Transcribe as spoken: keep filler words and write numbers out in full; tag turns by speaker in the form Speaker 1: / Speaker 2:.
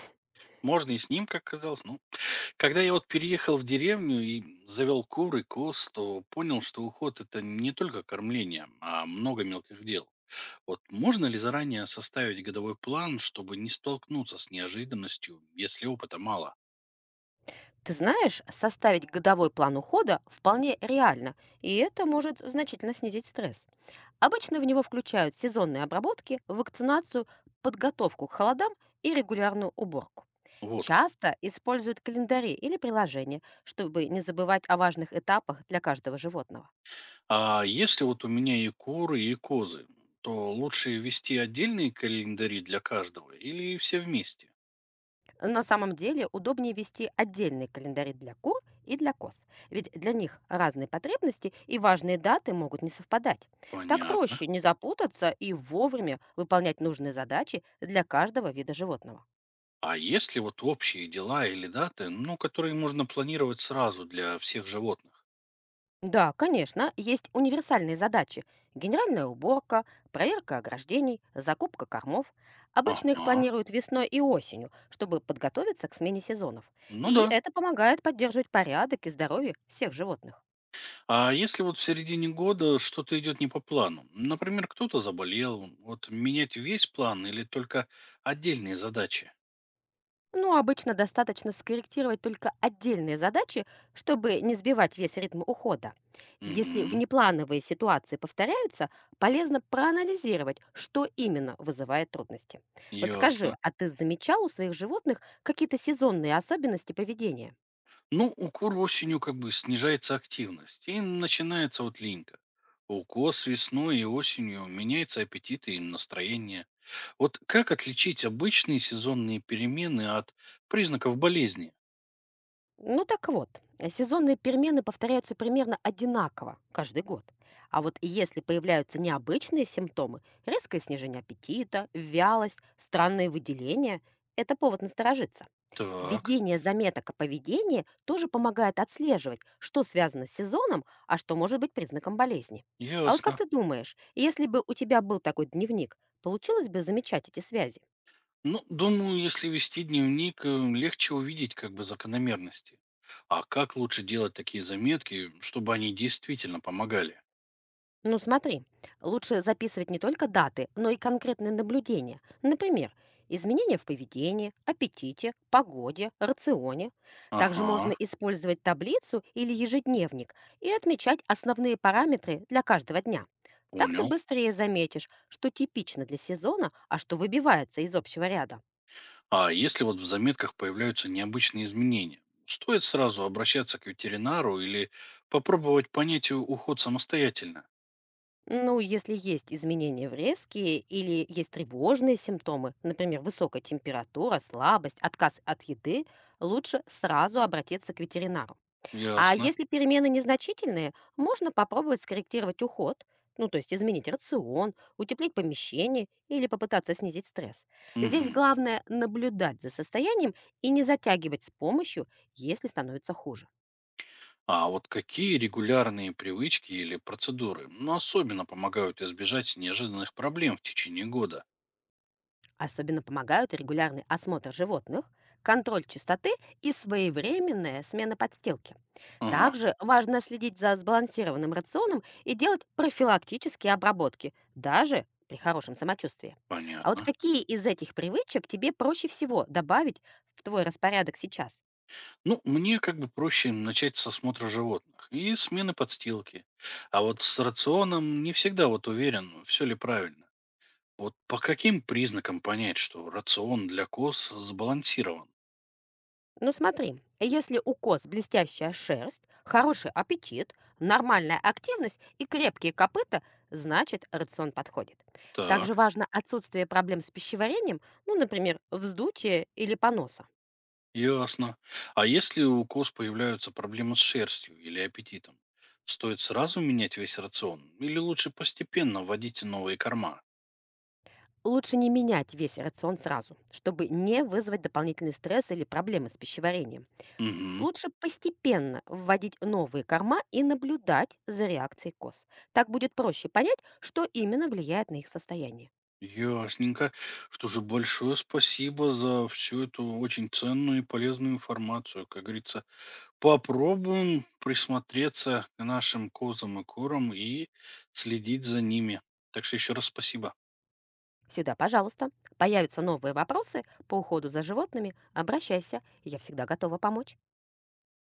Speaker 1: Можно и с ним, как казалось. Ну, когда я вот переехал в деревню и завел кур и коз, то понял, что уход– это не только кормление, а много мелких дел. Вот можно ли заранее составить годовой план, чтобы не столкнуться с неожиданностью, если опыта мало?
Speaker 2: Ты знаешь, составить годовой план ухода вполне реально, и это может значительно снизить стресс. Обычно в него включают сезонные обработки, вакцинацию, подготовку к холодам и регулярную уборку.
Speaker 1: Вот как.
Speaker 2: Часто используют календари или приложения, чтобы не забывать о важных этапах для каждого животного.
Speaker 1: А если вот у меня и куры, и козы, то лучше вести отдельные календари для каждого или все вместе?
Speaker 2: На самом деле удобнее вести отдельные календари для кур и для коз, ведь для них разные потребности и важные даты могут не совпадать. Так
Speaker 1: Понятно.
Speaker 2: проще не запутаться и вовремя выполнять нужные задачи для каждого вида животного.
Speaker 1: А есть ли вот общие дела или даты, ну, которые можно планировать сразу для всех животных?
Speaker 2: Да, конечно, есть универсальные задачи. Генеральная уборка, проверка ограждений, закупка кормов. Обычно их
Speaker 1: Ага.
Speaker 2: планируют весной и осенью, чтобы подготовиться к смене сезонов.
Speaker 1: Ну
Speaker 2: И
Speaker 1: да.
Speaker 2: это помогает поддерживать порядок и здоровье всех животных.
Speaker 1: А если вот в середине года что-то идет не по плану? Например, кто-то заболел, вот менять весь план или только отдельные задачи?
Speaker 2: Ну, обычно достаточно скорректировать только отдельные задачи, чтобы не сбивать весь ритм ухода. Если
Speaker 1: Угу.
Speaker 2: внеплановые ситуации повторяются, полезно проанализировать, что именно вызывает трудности. Вот
Speaker 1: Ясно.
Speaker 2: скажи, а ты замечал у своих животных какие-то сезонные особенности поведения?
Speaker 1: Ну, укур осенью как бы снижается активность и начинается вот линька. Укус весной и осенью меняется аппетит и настроение. Вот как отличить обычные сезонные перемены от признаков болезни?
Speaker 2: Ну так вот, э, сезонные перемены повторяются примерно одинаково каждый год. А вот если появляются необычные симптомы, резкое снижение аппетита, вялость, странные выделения, это повод насторожиться.
Speaker 1: Так,
Speaker 2: Введение заметок о поведении тоже помогает отслеживать, что связано с сезоном, а что может быть признаком болезни. А вот как
Speaker 1: ясно.
Speaker 2: ты думаешь, если бы у тебя был такой дневник, получилось бы замечать эти связи?
Speaker 1: Ну, думаю, если вести дневник, э, легче увидеть как бы закономерности. А как лучше делать такие заметки, чтобы они действительно помогали?
Speaker 2: Ну смотри, лучше записывать не только даты, но и конкретные наблюдения. Например, изменения в поведении, аппетите, погоде, рационе. Также можно
Speaker 1: Ага,
Speaker 2: использовать таблицу или ежедневник и отмечать основные параметры для каждого дня. Так ты
Speaker 1: понял.
Speaker 2: быстрее заметишь, что типично для сезона, а что выбивается из общего ряда.
Speaker 1: А если вот в заметках появляются необычные изменения, стоит сразу обращаться к ветеринару или попробовать понять у- уход самостоятельно?
Speaker 2: Ну, если есть изменения в резке или есть тревожные симптомы, например, высокая температура, слабость, отказ от еды, лучше сразу обратиться к ветеринару. А
Speaker 1: Ясно.
Speaker 2: если перемены незначительные, можно попробовать скорректировать уход, ну, то есть изменить рацион, утеплить помещение или попытаться снизить стресс. Здесь
Speaker 1: Мгм.
Speaker 2: главное наблюдать за состоянием и не затягивать с помощью, если становится хуже.
Speaker 1: А вот какие регулярные привычки или процедуры, ну, особенно помогают избежать неожиданных проблем в течение года?
Speaker 2: Особенно помогают регулярный осмотр животных, контроль чистоты и своевременная смена подстилки.
Speaker 1: Ага,
Speaker 2: Также важно следить за сбалансированным рационом и делать профилактические обработки, даже при хорошем самочувствии. А вот
Speaker 1: понятно.
Speaker 2: какие из этих привычек тебе проще всего добавить в твой распорядок сейчас?
Speaker 1: Ну, мне как бы проще начать с осмотра животных и смены подстилки. А вот с рационом не всегда вот уверен, все ли правильно. Вот по каким признакам понять, что рацион для коз сбалансирован?
Speaker 2: Ну смотри, если у коз блестящая шерсть, хороший аппетит, нормальная активность и крепкие копыта, значит рацион подходит. Также
Speaker 1: Так,
Speaker 2: важно отсутствие проблем с пищеварением, ну, например, вздутие или поноса.
Speaker 1: ясно. А если у коз появляются проблемы с шерстью или аппетитом, стоит сразу менять весь рацион или лучше постепенно вводить новые корма?
Speaker 2: Лучше не менять весь рацион сразу, чтобы не вызвать дополнительный стресс или проблемы с пищеварением.
Speaker 1: Угу,
Speaker 2: Лучше постепенно вводить новые корма и наблюдать за реакцией коз. Так будет проще понять, что именно влияет на их состояние.
Speaker 1: ясненько. Что же, большое спасибо за всю эту очень ценную и полезную информацию. Как говорится, попробуем присмотреться к нашим козам и курам и следить за ними. Так что еще раз спасибо.
Speaker 2: Всегда, пожалуйста. Появятся новые вопросы по уходу за животными, обращайся, я всегда готова помочь.